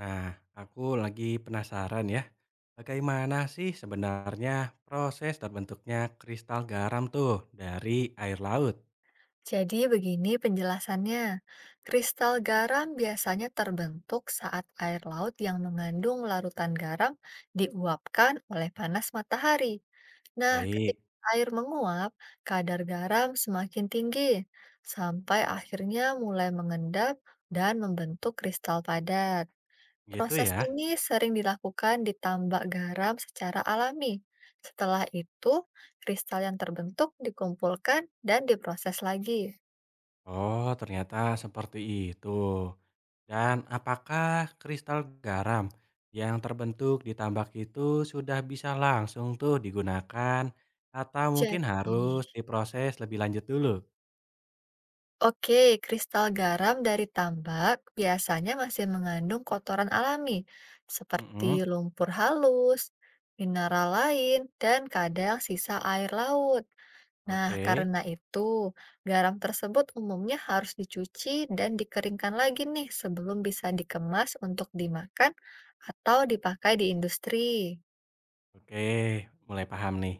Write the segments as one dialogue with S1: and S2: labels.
S1: Nah, aku lagi penasaran ya, bagaimana sih sebenarnya proses terbentuknya kristal garam tuh dari air laut?
S2: Jadi begini penjelasannya, kristal garam biasanya terbentuk saat air laut yang mengandung larutan garam diuapkan oleh panas matahari. Nah,
S1: Baik,
S2: ketika air menguap, kadar garam semakin tinggi, sampai akhirnya mulai mengendap dan membentuk kristal padat.
S1: gitu
S2: Proses
S1: ya.
S2: ini sering dilakukan di tambak garam secara alami. Setelah itu, kristal yang terbentuk dikumpulkan dan diproses lagi.
S1: Oh, ternyata seperti itu. Dan apakah kristal garam yang terbentuk di tambak itu sudah bisa langsung tuh digunakan atau mungkin
S2: Jadi,
S1: harus diproses lebih lanjut dulu?
S2: oke, kristal garam dari tambak biasanya masih mengandung kotoran alami, seperti
S1: Mm-mm.
S2: lumpur halus, mineral lain, dan kadang sisa air laut. Nah,
S1: Oke.
S2: karena itu, garam tersebut umumnya harus dicuci dan dikeringkan lagi nih sebelum bisa dikemas untuk dimakan atau dipakai di industri.
S1: Oke, mulai paham nih.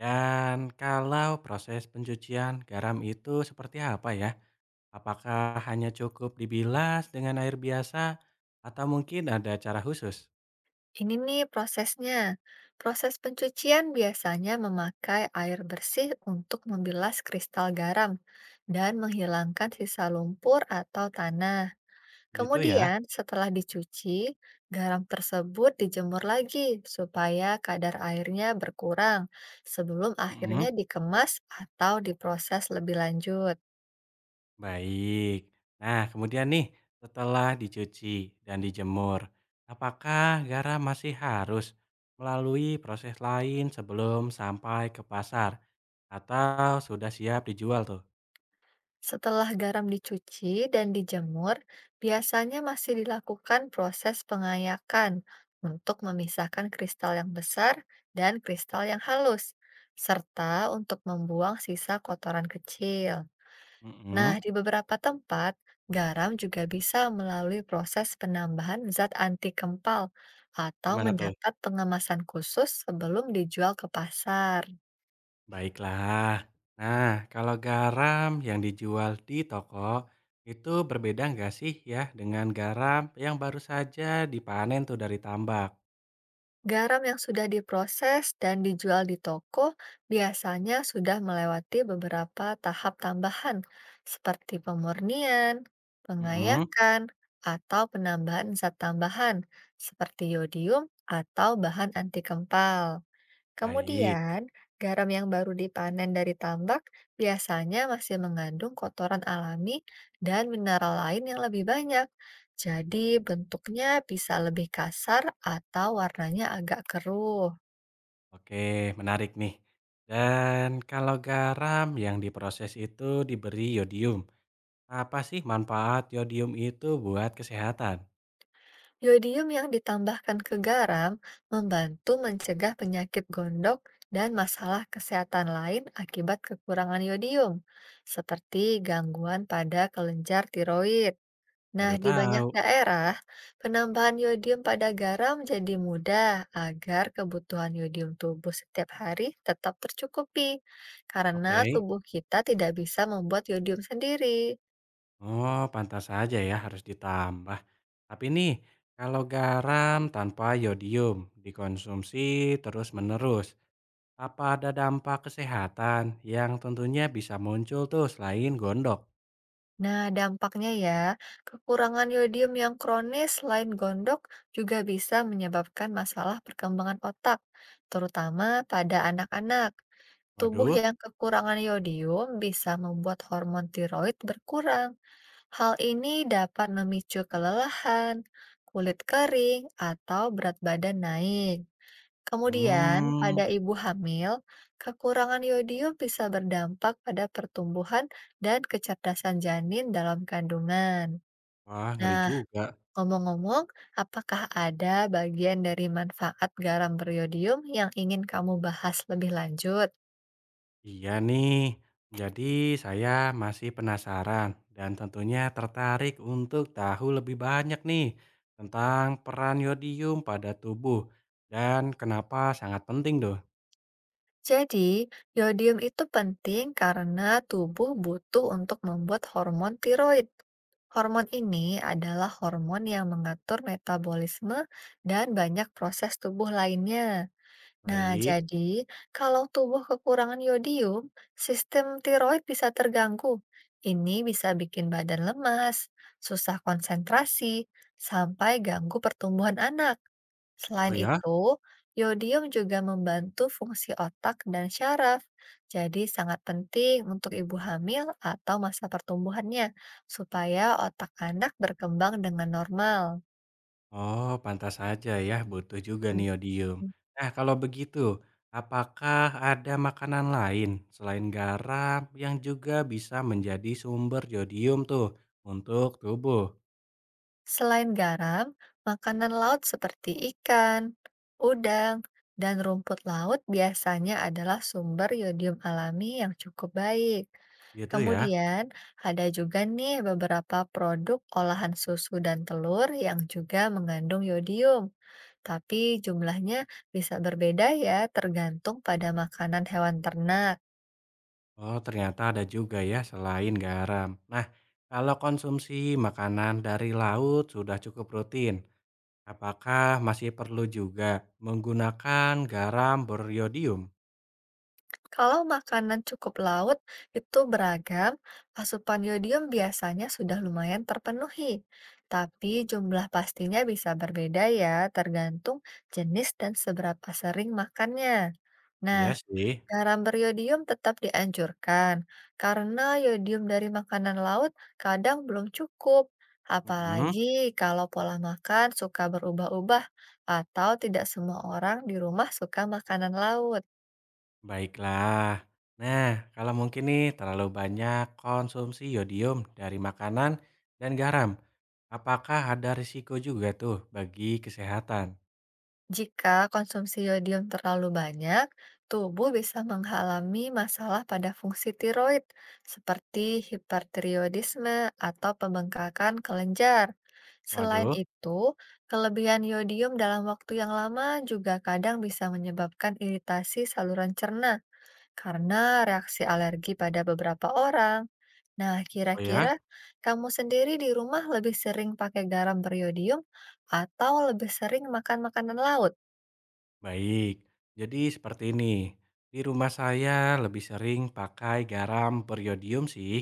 S1: Dan kalau proses pencucian garam itu seperti apa ya? Apakah hanya cukup dibilas dengan air biasa atau mungkin ada cara khusus?
S2: Ini nih prosesnya. Proses pencucian biasanya memakai air bersih untuk membilas kristal garam dan menghilangkan sisa lumpur atau tanah.
S1: Gitu ya.
S2: Kemudian, setelah dicuci, garam tersebut dijemur lagi supaya kadar airnya berkurang sebelum akhirnya
S1: Mm-mm.
S2: dikemas atau diproses lebih lanjut.
S1: Baik. Nah, kemudian nih setelah dicuci dan dijemur, apakah garam masih harus melalui proses lain sebelum sampai ke pasar atau sudah siap dijual tuh?
S2: Setelah garam dicuci dan dijemur, biasanya masih dilakukan proses pengayakan untuk memisahkan kristal yang besar dan kristal yang halus, serta untuk membuang sisa kotoran kecil. Nah,
S1: Mm-mm.
S2: di beberapa tempat, garam juga bisa melalui proses penambahan zat anti kempal atau
S1: Gimana tuh?
S2: mendapat pengemasan khusus sebelum dijual ke pasar.
S1: Baiklah. Nah, kalau garam yang dijual di toko itu berbeda nggak sih ya dengan garam yang baru saja dipanen tuh dari tambak?
S2: Garam yang sudah diproses dan dijual di toko biasanya sudah melewati beberapa tahap tambahan, seperti pemurnian,
S1: Mm-mm.
S2: pengayakan, atau penambahan zat tambahan, seperti yodium atau bahan anti kempal.
S1: Baik.
S2: Kemudian, garam yang baru dipanen dari tambak biasanya masih mengandung kotoran alami dan mineral lain yang lebih banyak. Jadi, bentuknya bisa lebih kasar atau warnanya agak keruh.
S1: Oke, menarik nih. Dan kalau garam yang diproses itu diberi yodium, apa sih manfaat yodium itu buat kesehatan?
S2: Yodium yang ditambahkan ke garam membantu mencegah penyakit gondok dan masalah kesehatan lain akibat kekurangan yodium, seperti gangguan pada kelenjar tiroid. Nah,
S1: Baru
S2: di banyak
S1: tahu.
S2: daerah, penambahan yodium pada garam jadi mudah agar kebutuhan yodium tubuh setiap hari tetap tercukupi, karena
S1: Oke.
S2: tubuh kita tidak bisa membuat yodium sendiri.
S1: Oh, pantas saja ya harus ditambah. Tapi nih, kalau garam tanpa yodium dikonsumsi terus-menerus, apa ada dampak kesehatan yang tentunya bisa muncul tuh selain gondok?
S2: Nah, dampaknya ya, kekurangan yodium yang kronis selain gondok juga bisa menyebabkan masalah perkembangan otak, terutama pada anak-anak. Tubuh
S1: Waduh.
S2: yang kekurangan yodium bisa membuat hormon tiroid berkurang. Hal ini dapat memicu kelelahan, kulit kering, atau berat badan naik. Kemudian,
S1: Hmm.
S2: pada ibu hamil, kekurangan yodium bisa berdampak pada pertumbuhan dan kecerdasan janin dalam kandungan.
S1: Wah, ngeri
S2: Nah,
S1: juga.
S2: ngomong-ngomong, apakah ada bagian dari manfaat garam beriodium yang ingin kamu bahas lebih lanjut?
S1: Iya nih, jadi saya masih penasaran dan tentunya tertarik untuk tahu lebih banyak nih tentang peran yodium pada tubuh dan kenapa sangat penting dong.
S2: Jadi, yodium itu penting karena tubuh butuh untuk membuat hormon tiroid. Hormon ini adalah hormon yang mengatur metabolisme dan banyak proses tubuh lainnya. Nah,
S1: Baik.
S2: jadi kalau tubuh kekurangan yodium, sistem tiroid bisa terganggu. Ini bisa bikin badan lemas, susah konsentrasi, sampai ganggu pertumbuhan anak. Selain
S1: Oh ya?
S2: itu, yodium juga membantu fungsi otak dan syaraf, jadi sangat penting untuk ibu hamil atau masa pertumbuhannya, supaya otak anak berkembang dengan normal.
S1: Oh, pantas saja ya, butuh juga neodymium.
S2: Mhm.
S1: Nah, kalau begitu, apakah ada makanan lain selain garam yang juga bisa menjadi sumber jodium tuh untuk tubuh?
S2: Selain garam, makanan laut seperti ikan, udang, dan rumput laut biasanya adalah sumber yodium alami yang cukup baik.
S1: Gitu ya.
S2: Kemudian, ada juga nih beberapa produk olahan susu dan telur yang juga mengandung yodium, tapi jumlahnya bisa berbeda ya tergantung pada makanan hewan ternak.
S1: Oh, ternyata ada juga ya selain garam. Nah, kalau konsumsi makanan dari laut sudah cukup rutin, apakah masih perlu juga menggunakan garam beriodium?
S2: Kalau makanan cukup laut itu beragam, asupan yodium biasanya sudah lumayan terpenuhi, tapi jumlah pastinya bisa berbeda ya tergantung jenis dan seberapa sering makannya.
S1: Iya
S2: Nah,
S1: sih.
S2: garam beriodium tetap dianjurkan karena yodium dari makanan laut kadang belum cukup,
S1: Mm-mm.
S2: apalagi kalau pola makan suka berubah-ubah atau tidak semua orang di rumah suka makanan laut.
S1: Baiklah. Nah, kalau mungkin nih terlalu banyak konsumsi yodium dari makanan dan garam, apakah ada risiko juga tuh bagi kesehatan?
S2: Jika konsumsi yodium terlalu banyak, tubuh bisa mengalami masalah pada fungsi tiroid, seperti hipertiroidisme atau pembengkakan kelenjar. Selain
S1: Waduh.
S2: itu, kelebihan yodium dalam waktu yang lama juga kadang bisa menyebabkan iritasi saluran cerna karena reaksi alergi pada beberapa orang. Nah,
S1: Oh ya.
S2: kira-kira kamu sendiri di rumah lebih sering pakai garam beriodium atau lebih sering makan makanan laut?
S1: Baik. Jadi seperti ini. Di rumah saya lebih sering pakai garam beriodium sih.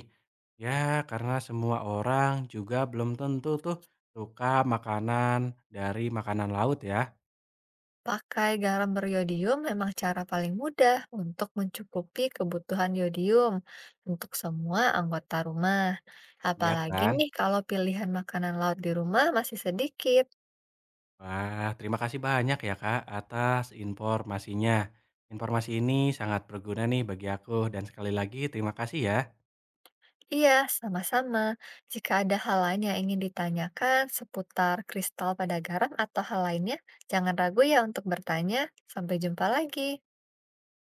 S1: Ya, karena semua orang juga belum tentu tuh suka makanan dari makanan laut ya.
S2: Pakai garam beriodium memang cara paling mudah untuk mencukupi kebutuhan yodium untuk semua anggota rumah.
S1: Iya
S2: Apalagi
S1: kan?
S2: nih kalau pilihan makanan laut di rumah masih sedikit.
S1: Wah, terima kasih banyak ya Kak atas informasinya. Informasi ini sangat berguna nih bagi aku dan sekali lagi terima kasih ya.
S2: Iya, sama-sama. Jika ada hal lain yang ingin ditanyakan seputar kristal pada garam atau hal lainnya, jangan ragu ya untuk bertanya. Sampai jumpa lagi.